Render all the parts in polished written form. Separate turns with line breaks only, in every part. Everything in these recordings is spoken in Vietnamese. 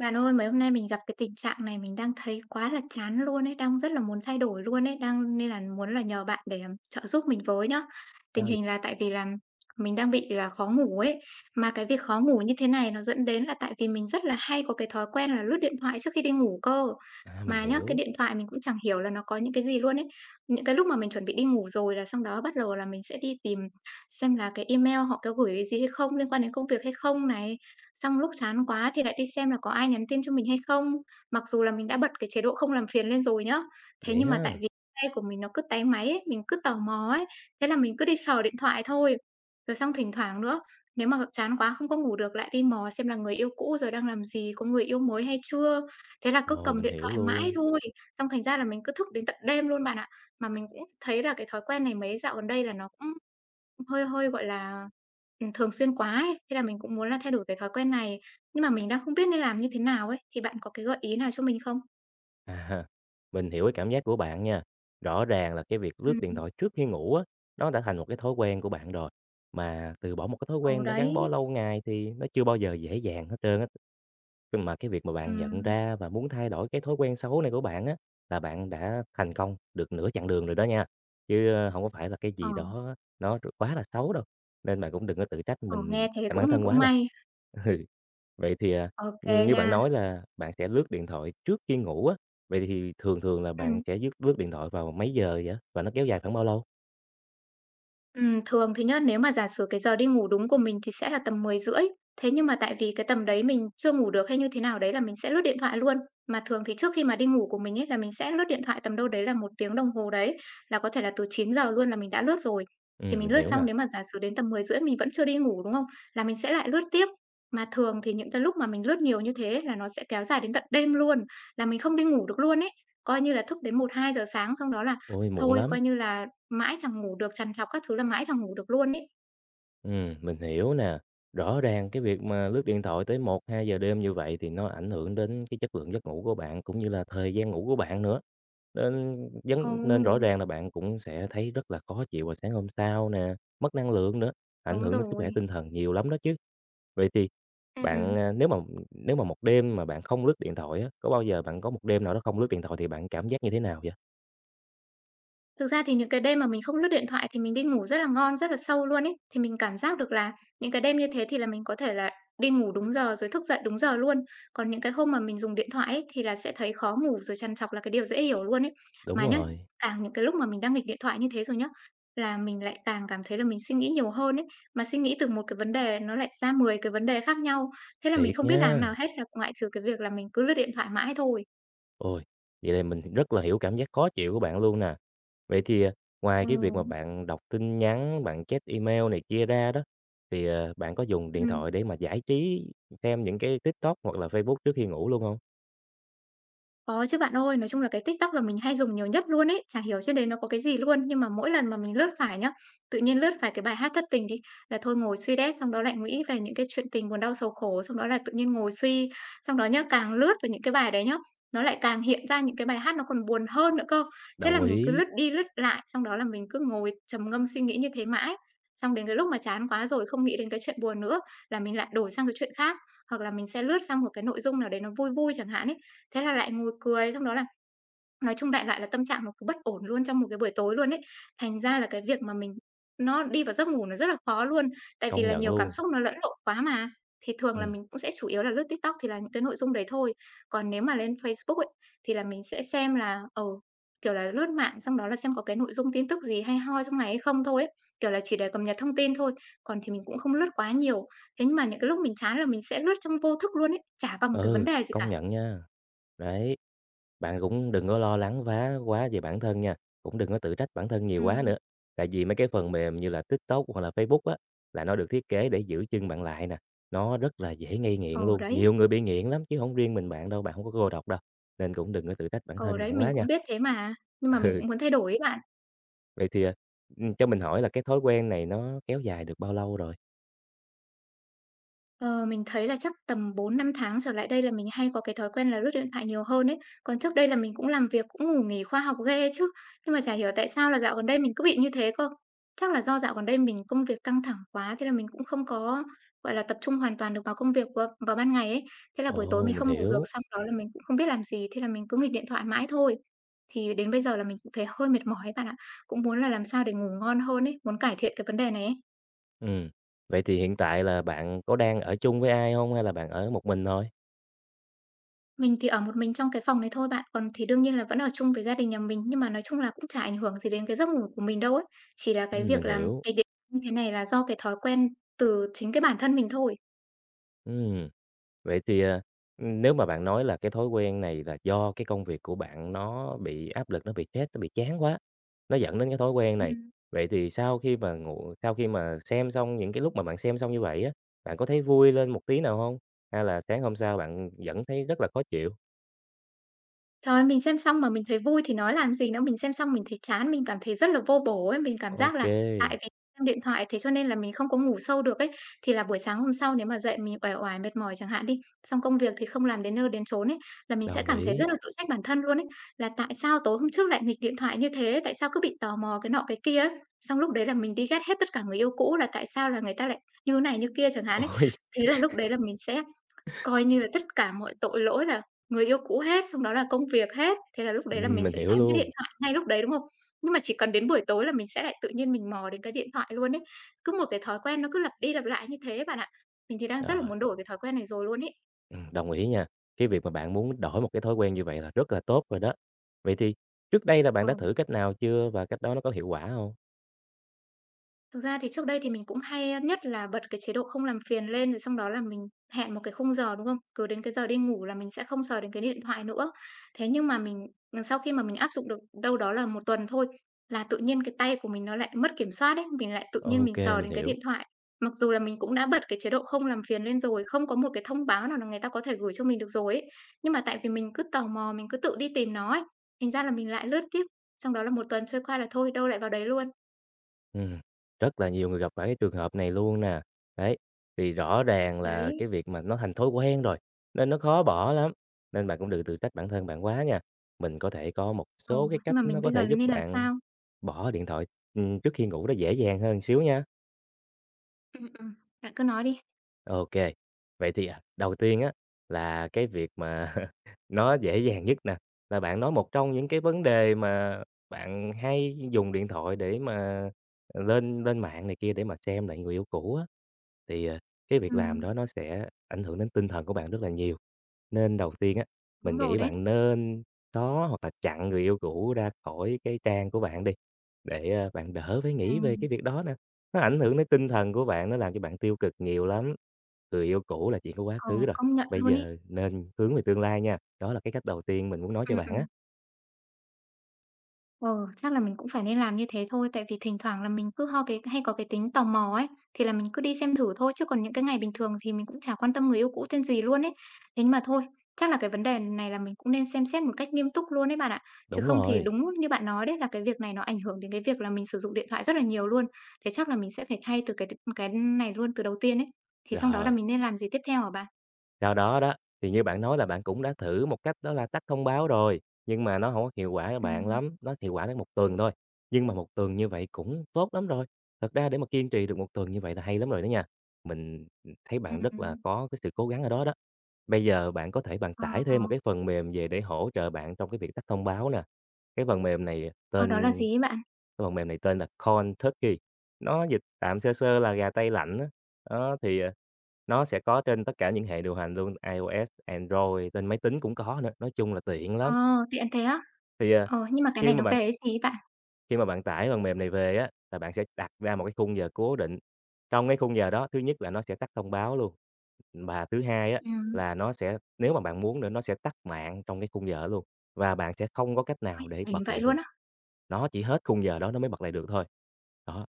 Bạn ơi, mấy hôm nay mình gặp cái tình trạng này, mình đang thấy quá là chán luôn ấy, đang rất là muốn thay đổi luôn ấy, đang nên là muốn là nhờ bạn để, trợ giúp mình với nhá.
Sao
Tình
vậy?
hình là tại vì là mình đang bị là khó ngủ ấy, mà cái việc khó ngủ như thế này nó dẫn đến là tại vì mình rất là hay có cái thói quen là lướt điện thoại trước khi đi ngủ cơ.
À, mình
Mà nhá, cái
hiểu,
điện thoại mình cũng chẳng hiểu là nó có những cái gì luôn ấy. Những cái lúc mà mình chuẩn bị đi ngủ rồi là xong đó bắt đầu là mình sẽ đi tìm xem là cái email họ có gửi cái gì hay không, liên quan đến công việc hay không này, xong lúc chán quá thì lại đi xem là có ai nhắn tin cho mình hay không, mặc dù là mình đã bật cái chế độ không làm phiền lên rồi nhá. Thế
vậy
nhưng mà tại
ha.
vì tay của mình nó cứ táy máy ấy, mình cứ tò mò ấy, thế là mình cứ đi sờ điện thoại thôi. Rồi xong thỉnh thoảng nữa, nếu mà chán quá không có ngủ được lại đi mò xem là người yêu cũ giờ đang làm gì, có người yêu mới hay chưa. Thế là cứ
Ồ,
cầm
mình
điện
hiểu
thoại mãi
luôn.
thôi, xong thành ra là mình cứ thức đến tận đêm luôn bạn ạ. Mà mình cũng thấy là cái thói quen này mấy dạo gần đây là nó cũng hơi hơi, gọi là, thường xuyên quá ấy, thế là mình cũng muốn là thay đổi cái thói quen này, nhưng mà mình đang không biết nên làm như thế nào ấy, thì bạn có cái gợi ý nào cho mình không?
À, mình hiểu cái cảm giác của bạn nha. Rõ ràng là cái việc lướt
Ừm.
điện
Ừ.
thoại trước khi ngủ á, nó đã thành một cái thói quen của bạn rồi. Mà từ bỏ một cái thói
Ồ
quen đã gắn bó
đấy.
lâu ngày thì nó chưa bao giờ dễ dàng hết trơn á. Nhưng mà cái việc mà bạn nhận
Ừm.
ra và muốn thay đổi cái thói quen xấu này của bạn á, là bạn đã thành công được nửa chặng đường rồi đó nha, chứ, hổng có phải là cái
Ờ.
gì đó nó quá là xấu đâu, nên bạn cũng đừng có tự trách
Ờ,
mình
nghe thế
bản bản
cũng
thân
cũng
quá nè.
may.
Ừ, vậy thì,
OK
như
nha.
bạn nói là bạn sẽ lướt điện thoại trước khi ngủ á, vậy thì thường thường là bạn
Ừm.
sẽ dứt lướt điện thoại vào mấy giờ vậy? Và nó kéo dài khoảng bao lâu?
Thường thì nhá, nếu mà giả sử cái giờ đi ngủ đúng của mình thì sẽ là tầm 10 rưỡi, thế nhưng mà tại vì cái tầm đấy mình chưa ngủ được hay như thế nào đấy là mình sẽ lướt điện thoại luôn. Mà thường thì trước khi mà đi ngủ của mình ấy là mình sẽ lướt điện thoại tầm đâu đấy là một tiếng đồng hồ đấy, là có thể là từ 9 giờ luôn là mình đã lướt rồi. Thì mình
Mình
lướt
hiểu nè.
xong nếu mà giả sử đến tầm 10 rưỡi mình vẫn chưa đi ngủ, đúng không? Là mình sẽ lại lướt tiếp. Mà thường thì những cái lúc mà mình lướt nhiều như thế là nó sẽ kéo dài đến tận đêm luôn, là mình không đi ngủ được luôn ấy. Coi như là thức đến một hai giờ sáng, xong đó là
Ôi, muộn
thôi,
lắm.
coi như là mãi chẳng ngủ được, trằn trọc các thứ là mãi chẳng ngủ được luôn ấy.
Mình hiểu nè. Rõ ràng cái việc mà lướt điện thoại tới 1, 2 giờ đêm như vậy thì nó ảnh hưởng đến cái chất lượng giấc ngủ của bạn, cũng như là thời gian ngủ của bạn nữa. Nên
Ừ,
nên rõ ràng là bạn cũng sẽ thấy rất là khó chịu vào sáng hôm sau nè, mất năng lượng nữa, ảnh
đúng
hưởng đến sức khỏe
rồi.
tinh thần nhiều lắm đó chứ. Vậy thì
Ừm, ừm.
bạn, nếu mà một đêm mà bạn không lướt điện thoại á, có bao giờ bạn có một đêm nào đó không lướt điện thoại thì bạn cảm giác như thế nào vậy?
Thực ra thì những cái đêm mà mình không lướt điện thoại thì mình đi ngủ rất là ngon, rất là sâu luôn ấy. Thì mình cảm giác được là những cái đêm như thế thì là mình có thể là đi ngủ đúng giờ rồi thức dậy đúng giờ luôn. Còn những cái hôm mà mình dùng điện thoại ấy, thì là sẽ thấy khó ngủ rồi trằn trọc là cái điều dễ hiểu luôn ấy.
Đúng
Mà nhá,
rồi,
càng những cái lúc mà mình đang nghịch điện thoại như thế rồi nhá, là mình lại càng cảm thấy là mình suy nghĩ nhiều hơn ấy. Mà suy nghĩ từ một cái vấn đề nó lại ra 10 cái vấn đề khác nhau. Thế là mình
thiệt
không biết làm nào
nhá.
hết là ngoại trừ cái việc là mình cứ lướt điện thoại mãi thôi.
Ôi, vậy thì mình rất là hiểu cảm giác khó chịu của bạn luôn nè. Vậy thì,
Ừ.
ngoài cái việc mà bạn đọc tin nhắn, bạn check email này kia ra đó, thì, bạn có dùng điện
Ừ.
thoại để mà giải trí xem những cái TikTok hoặc là Facebook trước khi ngủ luôn không?
Có chứ bạn ơi, nói chung là cái TikTok là mình hay dùng nhiều nhất luôn ấy, chả hiểu trên đấy nó có cái gì luôn. Nhưng mà mỗi lần mà mình lướt phải nhá, tự nhiên lướt phải cái bài hát thất tình đi, là thôi ngồi suy đét, xong đó lại nghĩ về những cái chuyện tình buồn đau sầu khổ, xong đó là tự nhiên ngồi suy. Xong đó nhá, càng lướt về những cái bài đấy nhá, nó lại càng hiện ra những cái bài hát nó còn buồn hơn nữa cơ. Thế là
Đồng
mình cứ
ý,
lướt đi lướt lại, xong đó là mình cứ ngồi trầm ngâm suy nghĩ như thế mãi. Xong đến cái lúc mà chán quá rồi không nghĩ đến cái chuyện buồn nữa là mình lại đổi sang cái chuyện khác, hoặc là mình sẽ lướt sang một cái nội dung nào đấy nó vui vui chẳng hạn ý. Thế là lại ngồi cười, xong đó là nói chung đại loại là tâm trạng nó cứ bất ổn luôn trong một cái buổi tối luôn ấy. Thành ra là cái việc mà mình nó đi vào giấc ngủ nó rất là khó luôn, tại vì
công
là
nhận
nhiều cảm
luôn.
xúc nó lẫn lộn quá mà. Thì thường là
Ừm,
mình cũng sẽ chủ yếu là lướt TikTok thì là những cái nội dung đấy thôi, còn nếu mà lên Facebook ấy, thì là mình sẽ xem là, ừ, kiểu là, lướt mạng xong đó là xem có cái nội dung tin tức gì hay ho trong ngày hay không thôi ấy, kiểu là, chỉ để cập nhật thông tin thôi, còn thì mình cũng không lướt quá nhiều. Thế nhưng mà những cái lúc mình chán là mình sẽ lướt trong vô thức luôn ấy, chả vào một cái vấn
ừ,
đề gì
công
cả.
nhận nha, đấy. Bạn cũng đừng có lo lắng vá quá về bản thân nha, cũng đừng có tự trách bản thân nhiều quá
Ừm.
nữa. Tại vì mấy cái phần mềm như là TikTok hoặc là Facebook á, là nó được thiết kế để giữ chân bạn lại nè, nó rất là dễ gây nghiện
Ừ,
luôn.
đấy.
Nhiều người bị nghiện lắm chứ không riêng mình bạn đâu, bạn không có cô độc đâu, nên cũng đừng có tự trách bản
Ừ,
thân
đấy,
bạn
mình
quá nha.
cũng biết thế mà, nhưng mà mình
Ừ,
cũng muốn thay đổi ấy bạn.
vậy thì, cho mình hỏi là cái thói quen này nó kéo dài được bao lâu rồi?
Ờ, mình thấy là chắc tầm 4, 5 tháng trở lại đây là mình hay có cái thói quen là lướt điện thoại nhiều hơn ấy. Còn trước đây là mình cũng làm việc, cũng ngủ nghỉ khoa học ghê chứ. Nhưng mà chả hiểu tại sao là dạo gần đây mình cứ bị như thế cơ. Chắc là do dạo gần đây mình công việc căng thẳng quá, thế là mình cũng không có, gọi là, tập trung hoàn toàn được vào công việc vào vào ban ngày ấy. Thế là buổi tối
Ồ,
mình
mình
không ngủ được,
hiểu.
xong đó là mình cũng không biết làm gì, thế là mình cứ nghịch điện thoại mãi thôi. Thì đến bây giờ là mình cũng thấy hơi mệt mỏi ấy bạn ạ. Cũng muốn là làm sao để ngủ ngon hơn ấy, muốn cải thiện cái vấn đề này ấy.
Ừm, vậy thì hiện tại là bạn có đang ở chung với ai không hay là bạn ở một mình thôi?
Mình thì ở một mình trong cái phòng này thôi bạn, còn thì đương nhiên là vẫn ở chung với gia đình nhà mình, nhưng mà nói chung là cũng chả ảnh hưởng gì đến cái giấc ngủ của mình đâu ấy. Chỉ là cái việc
Mình
làm
hiểu.
cái điểm như thế này là do cái thói quen từ chính cái bản thân mình thôi.
Ừm. Vậy thì, nếu mà bạn nói là cái thói quen này là do cái công việc của bạn nó bị áp lực, nó bị stress, nó bị chán quá, nó dẫn đến cái thói quen này.
Ừm.
Vậy thì sau khi mà xem xong những cái lúc mà bạn xem xong như vậy á, bạn có thấy vui lên một tí nào không? Hay là sáng hôm sau bạn vẫn thấy rất là khó chịu?
Trời ơi, mình xem xong mà mình thấy vui thì nói làm gì nữa, mình xem xong mình thấy chán, mình cảm thấy rất là vô bổ ấy. Mình cảm giác là tại
OK,
vì xem điện thoại thế cho nên là mình không có ngủ sâu được ấy. Thì là buổi sáng hôm sau nếu mà dậy mình uể oải, mệt mỏi chẳng hạn đi, xong công việc thì không làm đến nơi đến chốn ấy, là mình sẽ
đồng
cảm thấy
ý.
rất là tự trách bản thân luôn ấy, là tại sao tối hôm trước lại nghịch điện thoại như thế, tại sao cứ bị tò mò cái nọ cái kia ấy. Xong lúc đấy là mình đi ghét hết tất cả người yêu cũ là tại sao là người ta lại như này như kia chẳng hạn ấy.
Ôi,
Thế là lúc đấy là mình sẽ coi như là tất cả mọi tội lỗi là người yêu cũ hết, xong đó là công việc hết, thế là lúc đấy là mình
mình
sẽ
hiểu
chán cái
luôn.
điện thoại ngay lúc đấy, đúng không? Nhưng mà chỉ cần đến buổi tối là mình sẽ lại tự nhiên mình mò đến cái điện thoại luôn ấy. Cứ một cái thói quen nó cứ lặp đi lặp lại như thế bạn ạ. Mình thì đang rất là
Rồi,
muốn đổi cái thói quen này rồi luôn ấy.
đồng ý nha. Cái việc mà bạn muốn đổi một cái thói quen như vậy là rất là tốt rồi đó. Vậy thì trước đây là bạn
Ờ.
đã thử cách nào chưa và cách đó nó có hiệu quả không?
Thực ra thì trước đây thì mình cũng hay, nhất là bật cái chế độ không làm phiền lên, rồi xong đó là mình hẹn một cái khung giờ, đúng không? Cứ đến cái giờ đi ngủ là mình sẽ không sờ đến cái điện thoại nữa. Thế nhưng mà mình sau khi mà mình áp dụng được đâu đó là một tuần thôi, là tự nhiên cái tay của mình nó lại mất kiểm soát ấy, mình lại tự nhiên mình
OK,
sờ
mình
đến cái
hiểu.
điện thoại. Mặc dù là mình cũng đã bật cái chế độ không làm phiền lên rồi, không có một cái thông báo nào là người ta có thể gửi cho mình được rồi ấy, nhưng mà tại vì mình cứ tò mò, mình cứ tự đi tìm nó ấy, thành ra là mình lại lướt tiếp, xong đó là một tuần trôi qua là thôi, đâu lại vào đấy luôn.
Ừm, rất là nhiều người gặp phải cái trường hợp này luôn nè. Đấy, thì rõ ràng là
Đấy.
cái việc mà nó thành thói quen rồi, nên nó khó bỏ lắm, nên bạn cũng đừng tự trách bản thân bạn quá nha. Mình có thể có một
ờ
số cái
nhưng
cách
mà mình
nó có
bây giờ
thể
là
giúp
nên làm
bạn
sao?
bỏ điện thoại, trước khi ngủ nó dễ dàng hơn xíu nha.
Ừm, ừm, bạn cứ nói đi.
OK. Vậy thì, đầu tiên á, là cái việc mà nó dễ dàng nhất nè, là bạn nói một trong những cái vấn đề mà bạn hay dùng điện thoại để mà, lên lên mạng này kia để mà xem lại người yêu cũ á, thì, cái việc làm
Ừm.
đó nó sẽ ảnh hưởng đến tinh thần của bạn rất là nhiều. Nên đầu tiên á,
Đúng
mình
rồi
nghĩ
đấy.
bạn nên xóa hoặc là chặn người yêu cũ ra khỏi cái trang của bạn đi, để, bạn đỡ phải nghĩ về
Ừm.
cái việc đó nè. Nó ảnh hưởng đến tinh thần của bạn, nó làm cho bạn tiêu cực nhiều lắm. Người yêu cũ là chuyện của quá
Ừ,
khứ rồi,
công nhận
bây
luôn ấy.
giờ nên hướng về tương lai nha, đó là cái cách đầu tiên mình muốn nói cho
Ừm,
bạn
ừm.
á.
Ừ, chắc là mình cũng phải nên làm như thế thôi, tại vì thỉnh thoảng là mình cứ ho cái hay có cái tính tò mò ấy, thì là mình cứ đi xem thử thôi, chứ còn những cái ngày bình thường thì mình cũng chả quan tâm người yêu cũ tên gì luôn ấy. Thế nhưng mà thôi, chắc là cái vấn đề này là mình cũng nên xem xét một cách nghiêm túc luôn ấy bạn ạ. Chứ
Đúng
không thì
rồi,
đúng như bạn nói đấy là cái việc này nó ảnh hưởng đến cái việc là mình sử dụng điện thoại rất là nhiều luôn. Thế chắc là mình sẽ phải thay từ cái này luôn từ đầu tiên ấy. Thì xong đó là
rồi,
mình nên làm gì tiếp theo hả bạn?
sau đó đó, thì như bạn nói là bạn cũng đã thử một cách đó là tắt thông báo rồi, nhưng mà nó không có hiệu quả cho bạn
Ừm,
lắm, nó hiệu quả đến một tuần thôi, nhưng mà một tuần như vậy cũng tốt lắm rồi. Thật ra để mà kiên trì được một tuần như vậy là hay lắm rồi đó nha. Mình, thấy
ừm,
bạn rất là
ừm.
có cái sự cố gắng ở đó đó. Bây giờ bạn có thể bạn
Ờ,
tải
ờ,
thêm một cái phần mềm về để hỗ trợ bạn trong cái việc tắt thông báo nè. Cái phần mềm này
ờ, đó là
tên
gì ấy bạn?
cái phần mềm này tên là Cold Turkey, nó dịch tạm sơ sơ là gà tây lạnh á. Đó, thì, nó sẽ có trên tất cả những hệ điều hành luôn, iOS, Android, trên máy tính cũng có nữa, nói chung là tiện
Ờ,
lắm.
tiện thế á?
Thì,
Ờ, nhưng mà cái
khi
này
mà
nó
bạn
về cái gì ấy bạn?
khi mà bạn tải phần mềm này về á, là bạn sẽ đặt ra một cái khung giờ cố định. Trong cái khung giờ đó, thứ nhất là nó sẽ tắt thông báo luôn, và thứ hai á,
Ừm,
là nó sẽ nếu mà bạn muốn nữa, nó sẽ tắt mạng trong cái khung giờ đó luôn, và bạn sẽ không có cách
ôi,
nào để
đỉnh
bật
vậy
lại
luôn
được.
á?
Nó chỉ hết khung giờ đó nó mới bật lại được thôi. Đó,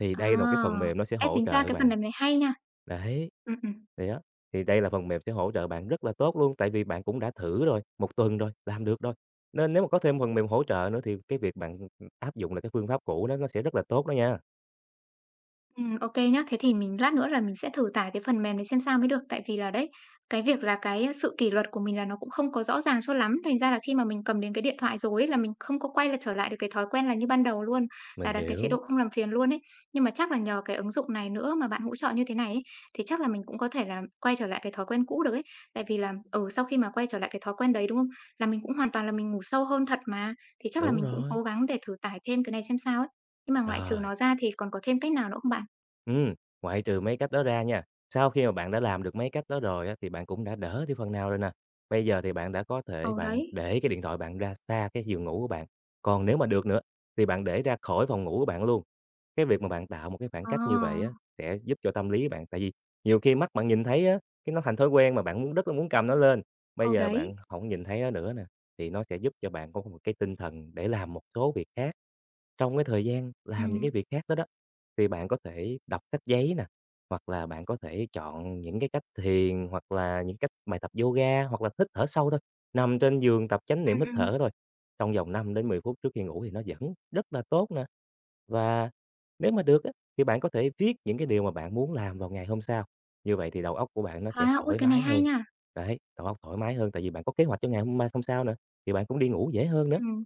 thì
Ờ,
đây là một cái phần mềm nó sẽ
ê,
hỗ
tính ra
trợ
cái phần
bạn.
này này hay nha.
Đấy,
Ừm, ừm.
thì đó, thì đây là phần mềm sẽ hỗ trợ bạn rất là tốt luôn, tại vì bạn cũng đã thử rồi, một tuần rồi, làm được rồi, nên nếu mà có thêm phần mềm hỗ trợ nữa thì cái việc bạn, áp dụng lại cái phương pháp cũ đó nó sẽ rất là tốt đó nha.
Ô kê nhá. Thế thì mình lát nữa là mình sẽ thử tải cái phần mềm đấy xem sao mới được. Tại vì là đấy, cái việc là cái sự kỷ luật của mình là nó cũng không có rõ ràng cho lắm, thành ra là khi mà mình cầm đến cái điện thoại rồi ấy, là mình không có quay lại trở lại được cái thói quen là như ban đầu luôn,
Mình
là đặt cái chế độ
hiểu,
không làm phiền luôn ấy. Nhưng mà chắc là nhờ cái ứng dụng này nữa mà bạn hỗ trợ như thế này ấy, thì chắc là mình cũng có thể là quay trở lại cái thói quen cũ được ấy. Tại vì là, ừ, sau khi mà quay trở lại cái thói quen đấy, đúng không? Là mình cũng hoàn toàn là mình ngủ sâu hơn thật mà, thì chắc là
đúng
mình cũng
rồi,
cố gắng để thử tải thêm cái này xem sao ấy. Nhưng mà ngoại trừ
rồi.
nó ra thì còn có thêm cách nào nữa không bạn?
Ừm, ngoại trừ mấy cách đó ra nha, sau khi mà bạn đã làm được mấy cách đó rồi á, thì bạn cũng đã đỡ đi phần nào rồi nè. Bây giờ thì bạn đã có thể
Ừ,
bạn
đấy.
để cái điện thoại bạn ra xa cái giường ngủ của bạn, còn nếu mà được nữa thì bạn để ra khỏi phòng ngủ của bạn luôn. Cái việc mà bạn tạo một cái khoảng
Ờ,
cách như vậy á, sẽ giúp cho tâm lý bạn tại vì nhiều khi mắt bạn nhìn thấy á, cái nó thành thói quen mà bạn muốn rất là muốn cầm nó lên, bây
ừ,
giờ
đấy.
bạn không nhìn thấy nó nữa nè, thì nó sẽ giúp cho bạn có một cái tinh thần để làm một số việc khác. Trong cái thời gian làm những
Ừm,
cái việc khác đó đó, thì bạn có thể đọc sách giấy nè, hoặc là bạn có thể chọn những cái cách thiền, hoặc là những cách bài tập yoga, hoặc là hít thở sâu thôi, nằm trên giường tập chánh niệm
ừm,
hít
ừm.
thở thôi, trong vòng 5 đến 10 phút trước khi ngủ thì nó vẫn rất là tốt nè. Và nếu mà được á, thì bạn có thể viết những cái điều mà bạn muốn làm vào ngày hôm sau, như vậy thì đầu óc của bạn nó sẽ
À, ôi,
thoải
cái này
mái
hay
hơn.
nha.
Đấy, đầu óc thoải mái hơn tại vì bạn có kế hoạch cho ngày hôm sau nữa, thì bạn cũng đi ngủ dễ hơn nữa.
Ừm.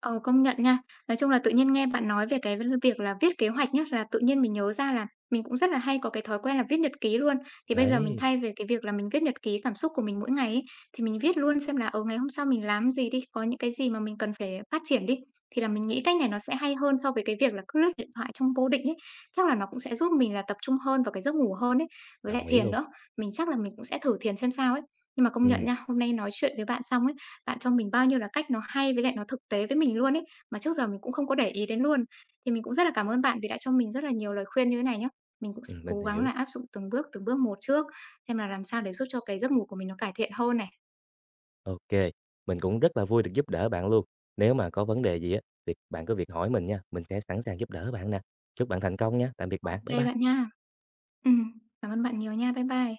Ờ, công nhận nha. Nói chung là tự nhiên nghe bạn nói về cái việc là viết kế hoạch nhá, là tự nhiên mình nhớ ra là mình cũng rất là hay có cái thói quen là viết nhật ký luôn. Thì bây giờ mình
Đấy,
thay về cái việc là mình viết nhật ký cảm xúc của mình mỗi ngày ấy, thì mình viết luôn xem là, ở ngày hôm sau mình làm gì đi, có những cái gì mà mình cần phải phát triển đi, thì là mình nghĩ cách này nó sẽ hay hơn so với cái việc là cứ lướt điện thoại trong vô định ấy. Chắc là nó cũng sẽ giúp mình là tập trung hơn vào cái giấc ngủ hơn ấy, với lại
đồng ý
thiền
luôn.
nữa. Mình chắc là mình cũng sẽ thử thiền xem sao ấy. Nhưng mà công nhận
Ừm.
nha, hôm nay nói chuyện với bạn xong ấy, bạn cho mình bao nhiêu là cách nó hay với lại nó thực tế với mình luôn ấy, mà trước giờ mình cũng không có để ý đến luôn. Thì mình cũng rất là cảm ơn bạn vì đã cho mình rất là nhiều lời khuyên như thế này nhá. Mình cũng sẽ
Mình
cố gắng là
hiểu.
áp dụng từng bước một trước, xem là làm sao để giúp cho cái giấc ngủ của mình nó cải thiện hơn này.
OK, mình cũng rất là vui được giúp đỡ bạn luôn. Nếu mà có vấn đề gì á, việc bạn cứ việc hỏi mình nha, mình sẽ sẵn sàng giúp đỡ bạn nè. Chúc bạn thành công nha. Tạm biệt bạn.
OK
Bye
bạn
bye.
nha. Ừm, cảm ơn bạn nhiều nha. Bye bye.